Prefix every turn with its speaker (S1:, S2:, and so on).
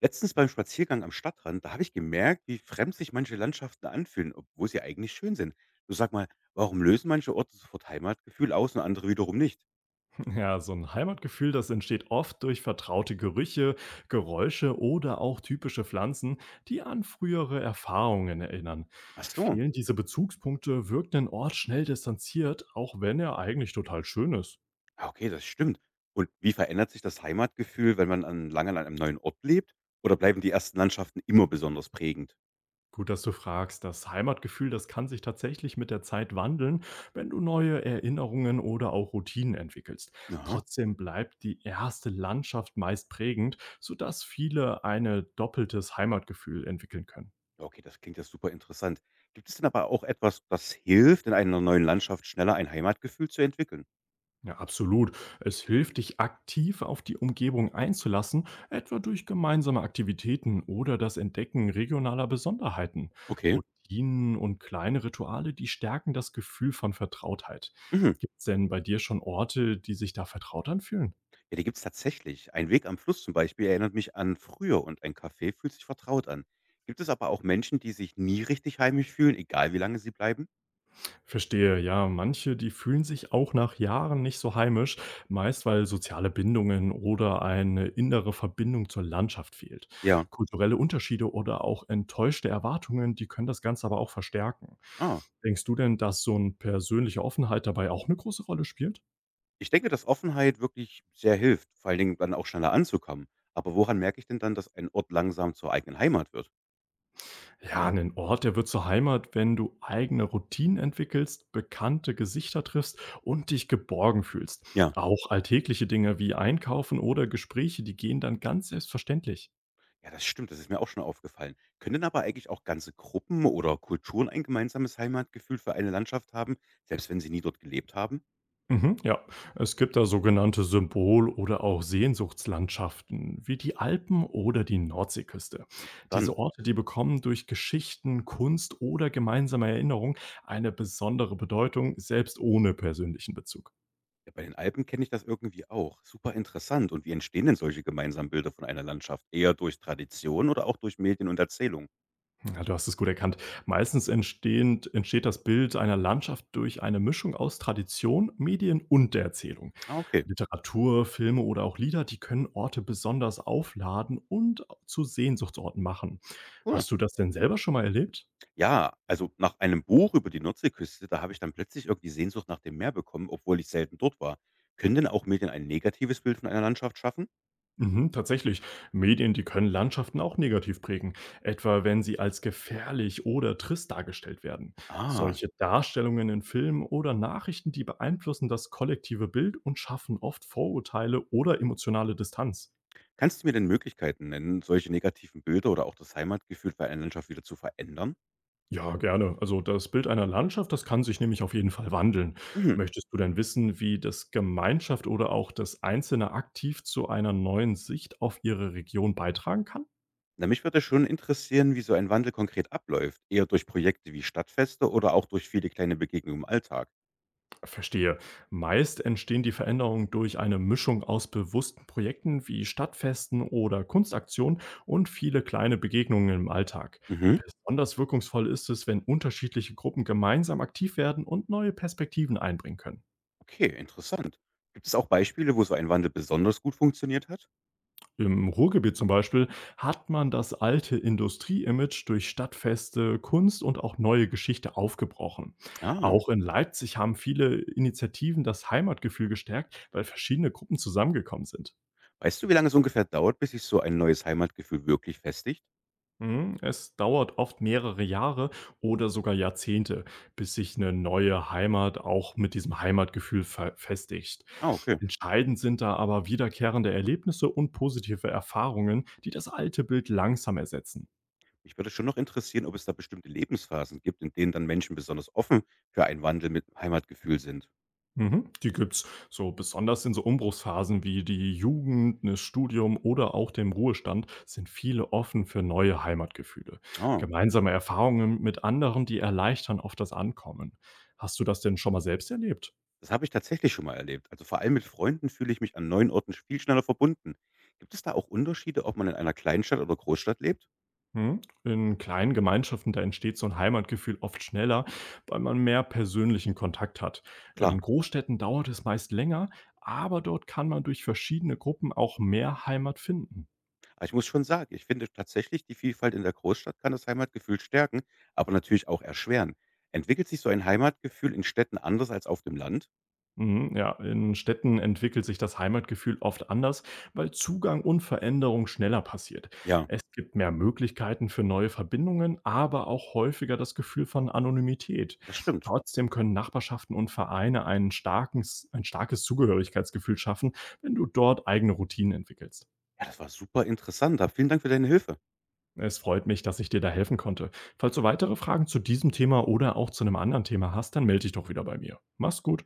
S1: Letztens beim Spaziergang am Stadtrand, da habe ich gemerkt, wie fremd sich manche Landschaften anfühlen, obwohl sie eigentlich schön sind. Du sag mal, warum lösen manche Orte sofort Heimatgefühl aus und andere wiederum nicht?
S2: Ja, so ein Heimatgefühl, das entsteht oft durch vertraute Gerüche, Geräusche oder auch typische Pflanzen, die an frühere Erfahrungen erinnern.
S1: Ach so,
S2: Fehlen diese Bezugspunkte, wirkt ein Ort schnell distanziert, auch wenn er eigentlich total schön ist.
S1: ja, okay, das stimmt. Und wie verändert sich das Heimatgefühl, wenn man lange an einem neuen Ort lebt? Oder bleiben die ersten Landschaften immer besonders prägend?
S2: Gut, dass du fragst. Das Heimatgefühl, das kann sich tatsächlich mit der Zeit wandeln, wenn du neue Erinnerungen oder auch Routinen entwickelst.
S1: Aha.
S2: Trotzdem bleibt die erste Landschaft meist prägend, sodass viele ein doppeltes Heimatgefühl entwickeln können.
S1: Ja, okay, das klingt ja super interessant. Gibt es denn aber auch etwas, das hilft, in einer neuen Landschaft schneller ein Heimatgefühl zu entwickeln?
S2: Ja, absolut. Es hilft, dich aktiv auf die Umgebung einzulassen, etwa durch gemeinsame Aktivitäten oder das Entdecken regionaler Besonderheiten.
S1: Okay.
S2: Routinen und kleine Rituale, die stärken das Gefühl von Vertrautheit.
S1: Mhm.
S2: Gibt es denn bei dir schon Orte, die sich da vertraut anfühlen?
S1: Ja, die gibt's tatsächlich. Ein Weg am Fluss zum Beispiel erinnert mich an früher und ein Café fühlt sich vertraut an. Gibt es aber auch Menschen, die sich nie richtig heimisch fühlen, egal wie lange sie bleiben?
S2: Verstehe, ja, manche, die fühlen sich auch nach Jahren nicht so heimisch, meist weil soziale Bindungen oder eine innere Verbindung zur Landschaft fehlt.
S1: Ja.
S2: Kulturelle Unterschiede oder auch enttäuschte Erwartungen, die können das Ganze aber auch verstärken.
S1: Ah.
S2: Denkst du denn, dass so eine persönliche Offenheit dabei auch eine große Rolle spielt?
S1: Ich denke, dass Offenheit wirklich sehr hilft, vor allen Dingen dann auch schneller anzukommen. Aber woran merke ich denn dann, dass ein Ort langsam zur eigenen Heimat wird?
S2: Ja, 'nen Ort, der wird zur Heimat, wenn du eigene Routinen entwickelst, bekannte Gesichter triffst und dich geborgen fühlst.
S1: Ja.
S2: Auch alltägliche Dinge wie Einkaufen oder Gespräche, die gehen dann ganz selbstverständlich.
S1: Ja, das stimmt, das ist mir auch schon aufgefallen. Können aber eigentlich auch ganze Gruppen oder Kulturen ein gemeinsames Heimatgefühl für eine Landschaft haben, selbst wenn sie nie dort gelebt haben?
S2: Mhm, ja, es gibt da sogenannte Symbol oder auch Sehnsuchtslandschaften wie die Alpen oder die Nordseeküste.
S1: Interessant.
S2: Diese Orte, die bekommen durch Geschichten, Kunst oder gemeinsame Erinnerung eine besondere Bedeutung, selbst ohne persönlichen Bezug.
S1: Ja, bei den Alpen kenne ich das irgendwie auch. Super interessant. Und wie entstehen denn solche gemeinsamen Bilder von einer Landschaft? Eher durch Tradition oder auch durch Medien und Erzählung?
S2: Ja, du hast es gut erkannt. Entsteht das Bild einer Landschaft durch eine Mischung aus Tradition, Medien und der Erzählung.
S1: Ah, okay.
S2: Literatur, Filme oder auch Lieder, die können Orte besonders aufladen und zu Sehnsuchtsorten machen.
S1: Cool.
S2: Hast du das denn selber schon mal erlebt?
S1: Ja, also nach einem Buch über die Nordseeküste, da habe ich dann plötzlich irgendwie Sehnsucht nach dem Meer bekommen, obwohl ich selten dort war. Können denn auch Medien ein negatives Bild von einer Landschaft schaffen?
S2: Mhm, tatsächlich. Medien, die können Landschaften auch negativ prägen, etwa wenn sie als gefährlich oder trist dargestellt werden.
S1: Ah,
S2: Solche Darstellungen in Filmen oder Nachrichten, die beeinflussen das kollektive Bild und schaffen oft Vorurteile oder emotionale Distanz.
S1: kannst du mir denn Möglichkeiten nennen, solche negativen Bilder oder auch das Heimatgefühl für eine Landschaft wieder zu verändern?
S2: Ja, gerne. Also das Bild einer Landschaft, das kann sich nämlich auf jeden Fall wandeln.
S1: Mhm.
S2: Möchtest du denn wissen, wie das Gemeinschaft oder auch das Einzelne aktiv zu einer neuen Sicht auf ihre Region beitragen kann?
S1: Na, mich würde schon interessieren, wie so ein Wandel konkret abläuft. Eher durch Projekte wie Stadtfeste oder auch durch viele kleine Begegnungen im Alltag.
S2: Verstehe. Meist entstehen die Veränderungen durch eine Mischung aus bewussten Projekten wie Stadtfesten oder Kunstaktionen und viele kleine Begegnungen im Alltag.
S1: Mhm.
S2: Besonders wirkungsvoll ist es, wenn unterschiedliche Gruppen gemeinsam aktiv werden und neue Perspektiven einbringen können.
S1: Okay, interessant. Gibt es auch Beispiele, wo so ein Wandel besonders gut funktioniert hat?
S2: Im Ruhrgebiet zum Beispiel hat man das alte Industrie-Image durch Stadtfeste, Kunst und auch neue Geschichte aufgebrochen.
S1: Ah.
S2: Auch in Leipzig haben viele Initiativen das Heimatgefühl gestärkt, weil verschiedene Gruppen zusammengekommen sind.
S1: Weißt du, wie lange es ungefähr dauert, bis sich so ein neues Heimatgefühl wirklich festigt?
S2: Mhm, es dauert oft mehrere Jahre oder sogar Jahrzehnte, bis sich eine neue Heimat auch mit diesem Heimatgefühl festigt.
S1: Ah, okay.
S2: Entscheidend sind da aber wiederkehrende Erlebnisse und positive Erfahrungen, die das alte Bild langsam ersetzen.
S1: Mich würde schon noch interessieren, ob es da bestimmte Lebensphasen gibt, in denen dann Menschen besonders offen für einen Wandel mit Heimatgefühl sind.
S2: Mhm, die gibt's so besonders in so Umbruchsphasen wie die Jugend, das Studium oder auch dem Ruhestand sind viele offen für neue Heimatgefühle.
S1: Ah.
S2: Gemeinsame Erfahrungen mit anderen, die erleichtern oft das Ankommen. Hast du das denn schon mal selbst erlebt?
S1: Das habe ich tatsächlich schon mal erlebt. Also vor allem mit Freunden fühle ich mich an neuen Orten viel schneller verbunden. Gibt es da auch Unterschiede, ob man in einer Kleinstadt oder Großstadt lebt?
S2: Mhm. In kleinen Gemeinschaften, da entsteht so ein Heimatgefühl oft schneller, weil man mehr persönlichen Kontakt hat.
S1: Klar.
S2: In Großstädten dauert es meist länger, aber dort kann man durch verschiedene Gruppen auch mehr Heimat finden.
S1: Aber ich muss schon sagen, ich finde tatsächlich, die Vielfalt in der Großstadt kann das Heimatgefühl stärken, aber natürlich auch erschweren. Entwickelt sich so ein Heimatgefühl in Städten anders als auf dem Land?
S2: Mhm, ja, in Städten entwickelt sich das Heimatgefühl oft anders, weil Zugang und Veränderung schneller passiert.
S1: Ja,
S2: Es gibt mehr Möglichkeiten für neue Verbindungen, aber auch häufiger das Gefühl von Anonymität.
S1: das stimmt.
S2: Trotzdem können Nachbarschaften und Vereine ein starkes Zugehörigkeitsgefühl schaffen, wenn du dort eigene Routinen entwickelst.
S1: Ja, das war super interessant. Vielen Dank für deine Hilfe.
S2: Es freut mich, dass ich dir da helfen konnte. Falls du weitere Fragen zu diesem Thema oder auch zu einem anderen Thema hast, dann melde dich doch wieder bei mir. Mach's gut.